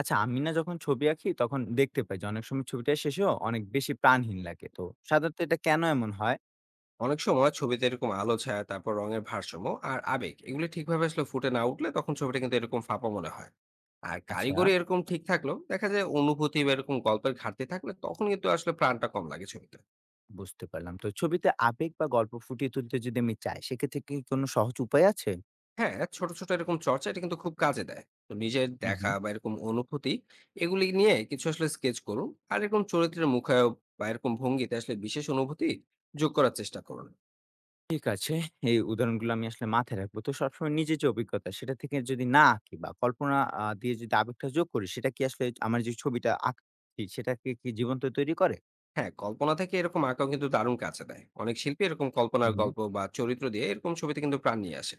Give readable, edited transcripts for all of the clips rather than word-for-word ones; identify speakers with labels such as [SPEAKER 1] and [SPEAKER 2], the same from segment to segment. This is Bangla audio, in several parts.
[SPEAKER 1] আচ্ছা, আমি না যখন ছবি আঁকি তখন দেখতে পাই যে অনেক সময় ছবিটা শেষেও অনেক বেশি প্রাণহীন লাগে। তো সাধারণত এটা কেন এমন হয়?
[SPEAKER 2] অনেক সময় ছবিতে এরকম আলো ছায়া তারপর রঙের ভারসাম্য আর আবেগ এগুলো ঠিকভাবে আসলে ফুটে না উঠলে তখন ছবিটা কিন্তু এরকম ফাঁপা মনে হয়। আর
[SPEAKER 1] আচ্ছা,
[SPEAKER 2] কারিগরি এরকম ঠিক থাকলেও দেখা যায় অনুভূতি বা এরকম গল্পের ঘাটতি থাকলে তখন কিন্তু আসলে প্রাণটা কম লাগে ছবিতে।
[SPEAKER 1] বুঝতে পারলাম। তো ছবিতে আবেগ বা গল্প ফুটিয়ে তুলতে যদি আমি চাই সেক্ষেত্রে কি কোনো সহজ উপায় আছে?
[SPEAKER 2] হ্যাঁ, ছোট ছোট এরকম চর্চা এটা কিন্তু খুব কাজে দেয়। তো নিজের
[SPEAKER 1] হুম,
[SPEAKER 2] দেখা
[SPEAKER 1] হুম।
[SPEAKER 2] বা এরকম অনুভূতি এগুলি নিয়ে কিছু আসলে স্কেচ করুন আর এরকম চরিত্রের মুখায়ব বা এরকম ভঙ্গিতে আসলে বিশেষ অনুভূতি যোগ করার চেষ্টা করুন।
[SPEAKER 1] ঠিক আছে, এই উদাহরণগুলো আমি আসলে মাথায় রাখবো। তো সবসময় নিজের যে অভিজ্ঞতা সেটা থেকে যদি না আঁকি বা কল্পনা দিয়ে যদি আবেগটা যোগ করি সেটা কি আসলে আমার যে ছবিটা আঁকছি সেটাকে কি জীবন্ত তৈরি করে?
[SPEAKER 2] হ্যাঁ, কল্পনা থেকে এরকম আঁকাও কিন্তু দারুণ কাজে দেয়। অনেক শিল্পী এরকম কল্পনার
[SPEAKER 1] হুম, হুম।
[SPEAKER 2] গল্প বা চরিত্র দিয়ে এরকম ছবিতে কিন্তু প্রাণ নিয়ে আসে।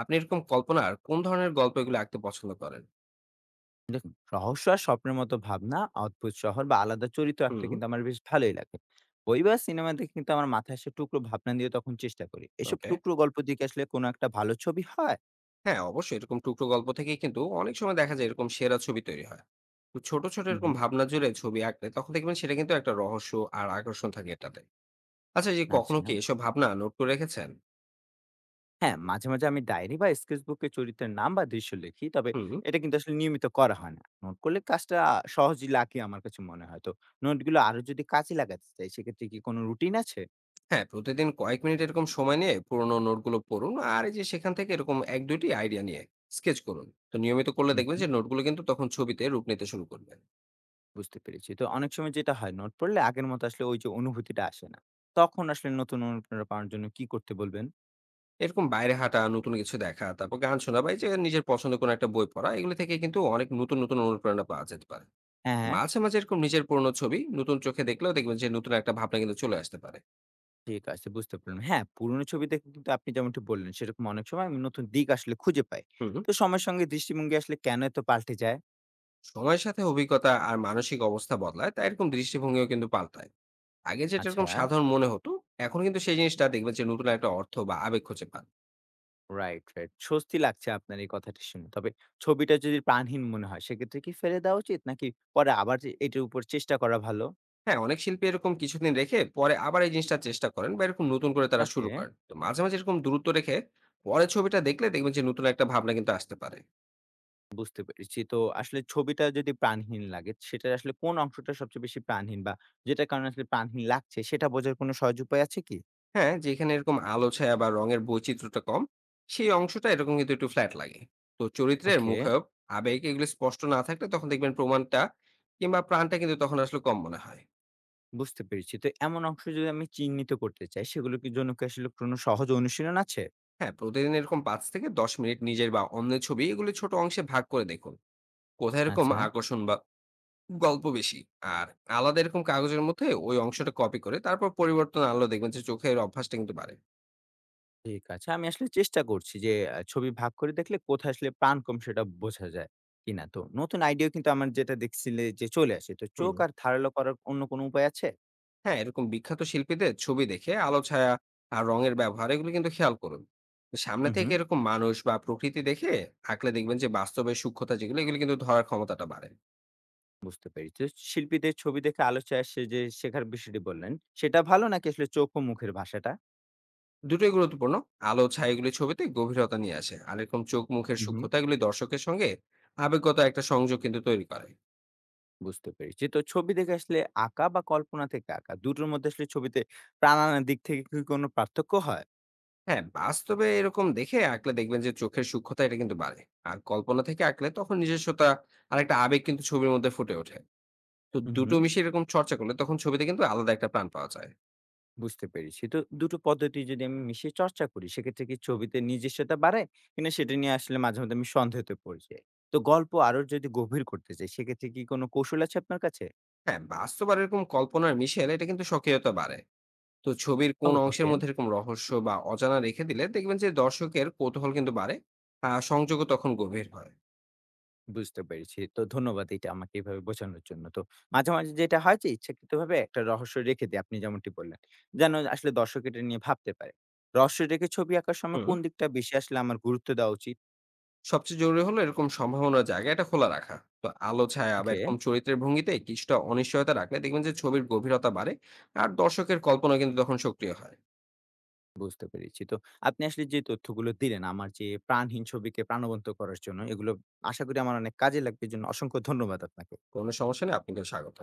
[SPEAKER 2] আপনি এরকম কল্পনার কোন ধরনের গল্প এগুলো আঁকতে পছন্দ করেন?
[SPEAKER 1] দেখুন, রহস্য আর স্বপ্নের মতো ভাবনা, অদ্ভুত শহর বা আলাদা চরিত্র আঁকতে
[SPEAKER 2] হুম,
[SPEAKER 1] কিন্তু আমার বেশ ভালোই লাগে। বই বা সিনেমা দেখে কিন্তু আমার মাথায় আসে টুকরো ভাবনা দিয়ে, তখন চেষ্টা করি। এসব
[SPEAKER 2] ওকে।
[SPEAKER 1] টুকরো গল্প দিয়ে কি আসলে কোনো একটা ভালো ছবি হয়?
[SPEAKER 2] হ্যাঁ, অবশ্যই এরকম টুকরো গল্প থেকেই কিন্তু অনেক সময় দেখা যায় এরকম সেরা ছবি তৈরি হয়। তো ছোট, ছোট
[SPEAKER 1] হুম,
[SPEAKER 2] এরকম
[SPEAKER 1] হুম।
[SPEAKER 2] ভাবনা জুড়ে ছবি আঁকলে তখন দেখবেন সেটা কিন্তু একটা রহস্য আর আকর্ষণ থাকে এটাতে। আচ্ছা, এই যে
[SPEAKER 1] আচ্ছা।
[SPEAKER 2] কখনো কি এসব ভাবনা নোট করে রেখেছেন?
[SPEAKER 1] হ্যাঁ, মাঝে, মাঝে আমি ডায়েরি বা স্কেচবুকে চরিত্রের নাম বা দৃশ্য লিখি। তবে
[SPEAKER 2] হুম।
[SPEAKER 1] এটা কিন্তু আসলে নিয়মিত করা হয় না। নোট করলে কাজটা সহজই লাগে আমার কাছে মনে হয়। তো নোটগুলো আরো যদি কাজে লাগাতে চাই, সেক্ষেত্রে কি কোনো রুটিন আছে?
[SPEAKER 2] হ্যাঁ, প্রতিদিন কয়েক মিনিট এরকম সময় নিয়ে পুরোনো নোটগুলো পড়ুন আর এই যে সেখান থেকে এরকম ১-২টি আইডিয়া নিয়ে স্কেচ করুন। তো নিয়মিত করলে
[SPEAKER 1] হুম,
[SPEAKER 2] দেখবেন
[SPEAKER 1] হুম।
[SPEAKER 2] যে নোটগুলো কিন্তু তখন ছবিতে রূপ নিতে শুরু করবে।
[SPEAKER 1] বুঝতে পেরেছি। তো অনেক সময় যেটা হয়, নোট পড়লে আগের মতো আসলে ওই যে অনুভূতিটা আসে না। তখন আসলে নতুন অনুপ্রেরণা পাওয়ার জন্য কি করতে বলবেন?
[SPEAKER 2] এরকম বাইরে হাঁটা, নতুন কিছু দেখা, তারপর গান শোনা বা এই যে নিজের পছন্দের কোনো একটা বই পড়া এগুলো থেকে কিন্তু অনেক নতুন, নতুন অনুপ্রেরণা পাওয়া যেতে পারে।
[SPEAKER 1] হ্যাঁ, হ্যাঁ।
[SPEAKER 2] মাঝে, মাঝে এরকম নিজের পুরোনো ছবি নতুন চোখে দেখলেও দেখবেন যে নতুন একটা ভাবনা কিন্তু চলে আসতে পারে।
[SPEAKER 1] ঠিক আছে, বুঝতে পারলাম। হ্যাঁ, পুরনো ছবি দেখে কিন্তু আপনি যেমনটি বললেন সেরকম অনেক সময় আমি নতুন দিক আসলে খুঁজে পাই।
[SPEAKER 2] হুম।
[SPEAKER 1] তো সময়ের সঙ্গে দৃষ্টিভঙ্গি আসলে কেন এত পাল্টে যায়?
[SPEAKER 2] সময়ের সাথে অভিজ্ঞতা আর মানসিক অবস্থা বদলায়, তাই এরকম দৃষ্টিভঙ্গিও কিন্তু পাল্টায়। আগে যেটা
[SPEAKER 1] আচ্ছা,
[SPEAKER 2] এরকম সাধারণ মনে হতো এখন কিন্তু সেই জিনিসটা দেখবেন যে নতুন একটা অর্থ বা আবেগ খুঁজে পান।
[SPEAKER 1] Right, right. স্বস্তি লাগছে আপনার এই কথাটি শুনে। তবে ছবিটা যদি প্রাণহীন মনে হয় সেক্ষেত্রে কি ফেলে দেওয়া উচিত? নাকি পরে আবার যে এটার উপর চেষ্টা করা ভালো?
[SPEAKER 2] হ্যাঁ, অনেক শিল্পী এরকম কিছুদিন রেখে পরে আবার এই জিনিসটা চেষ্টা করেন বা এরকম নতুন করে তারা
[SPEAKER 1] ওকে।
[SPEAKER 2] শুরু করেন। তো মাঝে মাঝে এরকম দূরত্ব রেখে পরে ছবিটা দেখলে দেখবেন যে নতুন একটা ভাবনা কিন্তু আসতে পারে।
[SPEAKER 1] বুঝতে পেরেছি। তো আসলে ছবিটা যদি প্রাণহীন লাগে, সেটার আসলে কোন অংশটা সবচেয়ে বেশি প্রাণহীন, বা যেটার কারণে আসলে প্রাণহীন লাগছে, সেটা বোঝার কোনো সহজ উপায় আছে কি?
[SPEAKER 2] হ্যাঁ, যেখানে এরকম আলো ছায়া বা রঙের বৈচিত্র্যটা কম সেই অংশটা এরকম কিন্তু একটু ফ্ল্যাট লাগে। তো চরিত্রের
[SPEAKER 1] ওকে,
[SPEAKER 2] মুখায়ব আবেগ এগুলো স্পষ্ট না থাকলে তখন দেখবেন প্রমাণটা কিংবা প্রাণটা কিন্তু তখন আসলে কম মনে হয়।
[SPEAKER 1] বুঝতে পেরেছি। তো এমন অংশ যদি আমি চিহ্নিত করতে চাই, সেগুলোর কি জন্য কি আসলে কোনো সহজ অনুশীলন আছে?
[SPEAKER 2] হ্যাঁ, প্রতিদিন এরকম পাঁচ থেকে দশ মিনিট নিজের বা অন্যের ছবি এগুলো ছোট অংশে ভাগ করে দেখুন কোথায় এরকম
[SPEAKER 1] আচ্ছা,
[SPEAKER 2] আকর্ষণ বা গল্প বেশি আর আলাদা এরকম কাগজের মধ্যে ওই অংশটা কপি করে তারপর পরিবর্তন আনলো দেখবেন যে চোখের অভ্যাসটা কিন্তু বাড়ে।
[SPEAKER 1] ঠিক আছে। আমি আসলে চেষ্টা করছি যে ছবি ভাগ করে দেখলে কোথায় আসলে প্রাণ কম সেটা বোঝা যায় কিনা। তো নতুন আইডিয়া কিন্তু আমার, যেটা দেখছিলে, যে চলে আসে। তো
[SPEAKER 2] হুম।
[SPEAKER 1] চোখ আর ধারালো করার অন্য কোনো উপায় আছে?
[SPEAKER 2] হ্যাঁ, এরকম বিখ্যাত শিল্পীদের ছবি দেখে আলো ছায়া আর রঙের ব্যবহার এগুলো কিন্তু খেয়াল করুন। সামনে
[SPEAKER 1] হু, হু।
[SPEAKER 2] থেকে এরকম মানুষ বা প্রকৃতি দেখে আঁকলে দেখবেন যে বাস্তবে সূক্ষ্মতা যেগুলো এগুলো কিন্তু ধরার ক্ষমতাটা বাড়ে।
[SPEAKER 1] বুঝতে পেরেছি। শিল্পীদের ছবি দেখে আলোচনায় সে যে শেখার বিষয়টি বললেন, সেটা ভালো, নাকি আসলে চোখ ও মুখের ভাষাটা?
[SPEAKER 2] দুটোই গুরুত্বপূর্ণ। আলো ছায়াগুলি ছবিতে গভীরতা নিয়ে আসে আর এরকম চোখ মুখের
[SPEAKER 1] হুম, হুম।
[SPEAKER 2] সূক্ষ্মতা এগুলি দর্শকের সঙ্গে আবেগগত একটা সংযোগ কিন্তু তৈরি করে।
[SPEAKER 1] বুঝতে পেরেছি। তো ছবি দেখে আসলে আঁকা বা কল্পনা থেকে আঁকা, দুটোর মধ্যে আসলে ছবিতে প্রাণ আনার দিক থেকে কি কোনো পার্থক্য হয়?
[SPEAKER 2] হ্যাঁ, বাস্তবে এরকম দেখে আঁকলে দেখবেন যে চোখের সূক্ষ্মতা এটা কিন্তু বাড়ে। আর কল্পনা থেকে আঁকলে তখন নিজস্বতা আর একটা আবেগ কিন্তু ছবির মধ্যে ফুটে ওঠে। তো
[SPEAKER 1] হুম,
[SPEAKER 2] দুটো
[SPEAKER 1] হুম,
[SPEAKER 2] মিশিয়ে এরকম চর্চা করলে তখন ছবিতে কিন্তু আলাদা একটা প্রাণ পাওয়া যায়।
[SPEAKER 1] বুঝতে পেরেছি। তো দুটো পদ্ধতি যদি আমি মিশিয়ে চর্চা করি, সেক্ষেত্রে কি ছবিতে নিজস্বতা বাড়ায় কিনা সেটা নিয়ে আসলে মাঝে মধ্যে আমি সন্দেহতে পড়ে যাই। তো গল্প আরো যদি গভীর করতে চাই, সেক্ষেত্রে কি কোনো কৌশল আছে আপনার কাছে?
[SPEAKER 2] হ্যাঁ, বাস্তব আর এরকম কল্পনার মিশেল এটা কিন্তু সক্রিয়তা বাড়ে। তো ছবির কোন অংশের
[SPEAKER 1] ওকে।
[SPEAKER 2] মধ্যে এরকম রহস্য বা অজানা রেখে দিলে দেখবেন যে দর্শকের কৌতূহল কিন্তু বাড়ে আর সংযোগও তখন গভীর হয়।
[SPEAKER 1] বুঝতে পেরেছি। তো ধন্যবাদ, এটা আমাকে এভাবে বোঝানোর জন্য। তো মাঝে, মাঝে যেটা হয় যে ইচ্ছাকৃতভাবে একটা রহস্য রেখে দেই আপনি যেমনটি বললেন। যেন আসলে দর্শক এটা নিয়ে ভাবতে পারে। রহস্য রেখে ছবি আঁকার সময়
[SPEAKER 2] হুম।
[SPEAKER 1] কোন দিকটা বেশি আসলে আমার গুরুত্ব দেওয়া উচিত?
[SPEAKER 2] সবচেয়ে জরুরি হলো এরকম সম্ভাবনার জায়গা এটা খোলা রাখা। তো আলো ছায়া বা
[SPEAKER 1] ওকে,
[SPEAKER 2] এরকম চরিত্রের ভঙ্গিতে কিছুটা অনিশ্চয়তা রাখলে দেখবেন যে ছবির গভীরতা বাড়ে আর দর্শকের কল্পনা কিন্তু তখন সক্রিয় হয়।
[SPEAKER 1] বুঝতে পেরেছি। তো আপনি আসলে যে তথ্যগুলো দিলেন আমার যে প্রাণহীন ছবিকে প্রাণবন্ত করার জন্য, এগুলো আশা করি আমার অনেক কাজে লাগবে। এজন্য অসংখ্য ধন্যবাদ আপনাকে।
[SPEAKER 2] কোনো সমস্যা নেই, আপনাকে স্বাগত।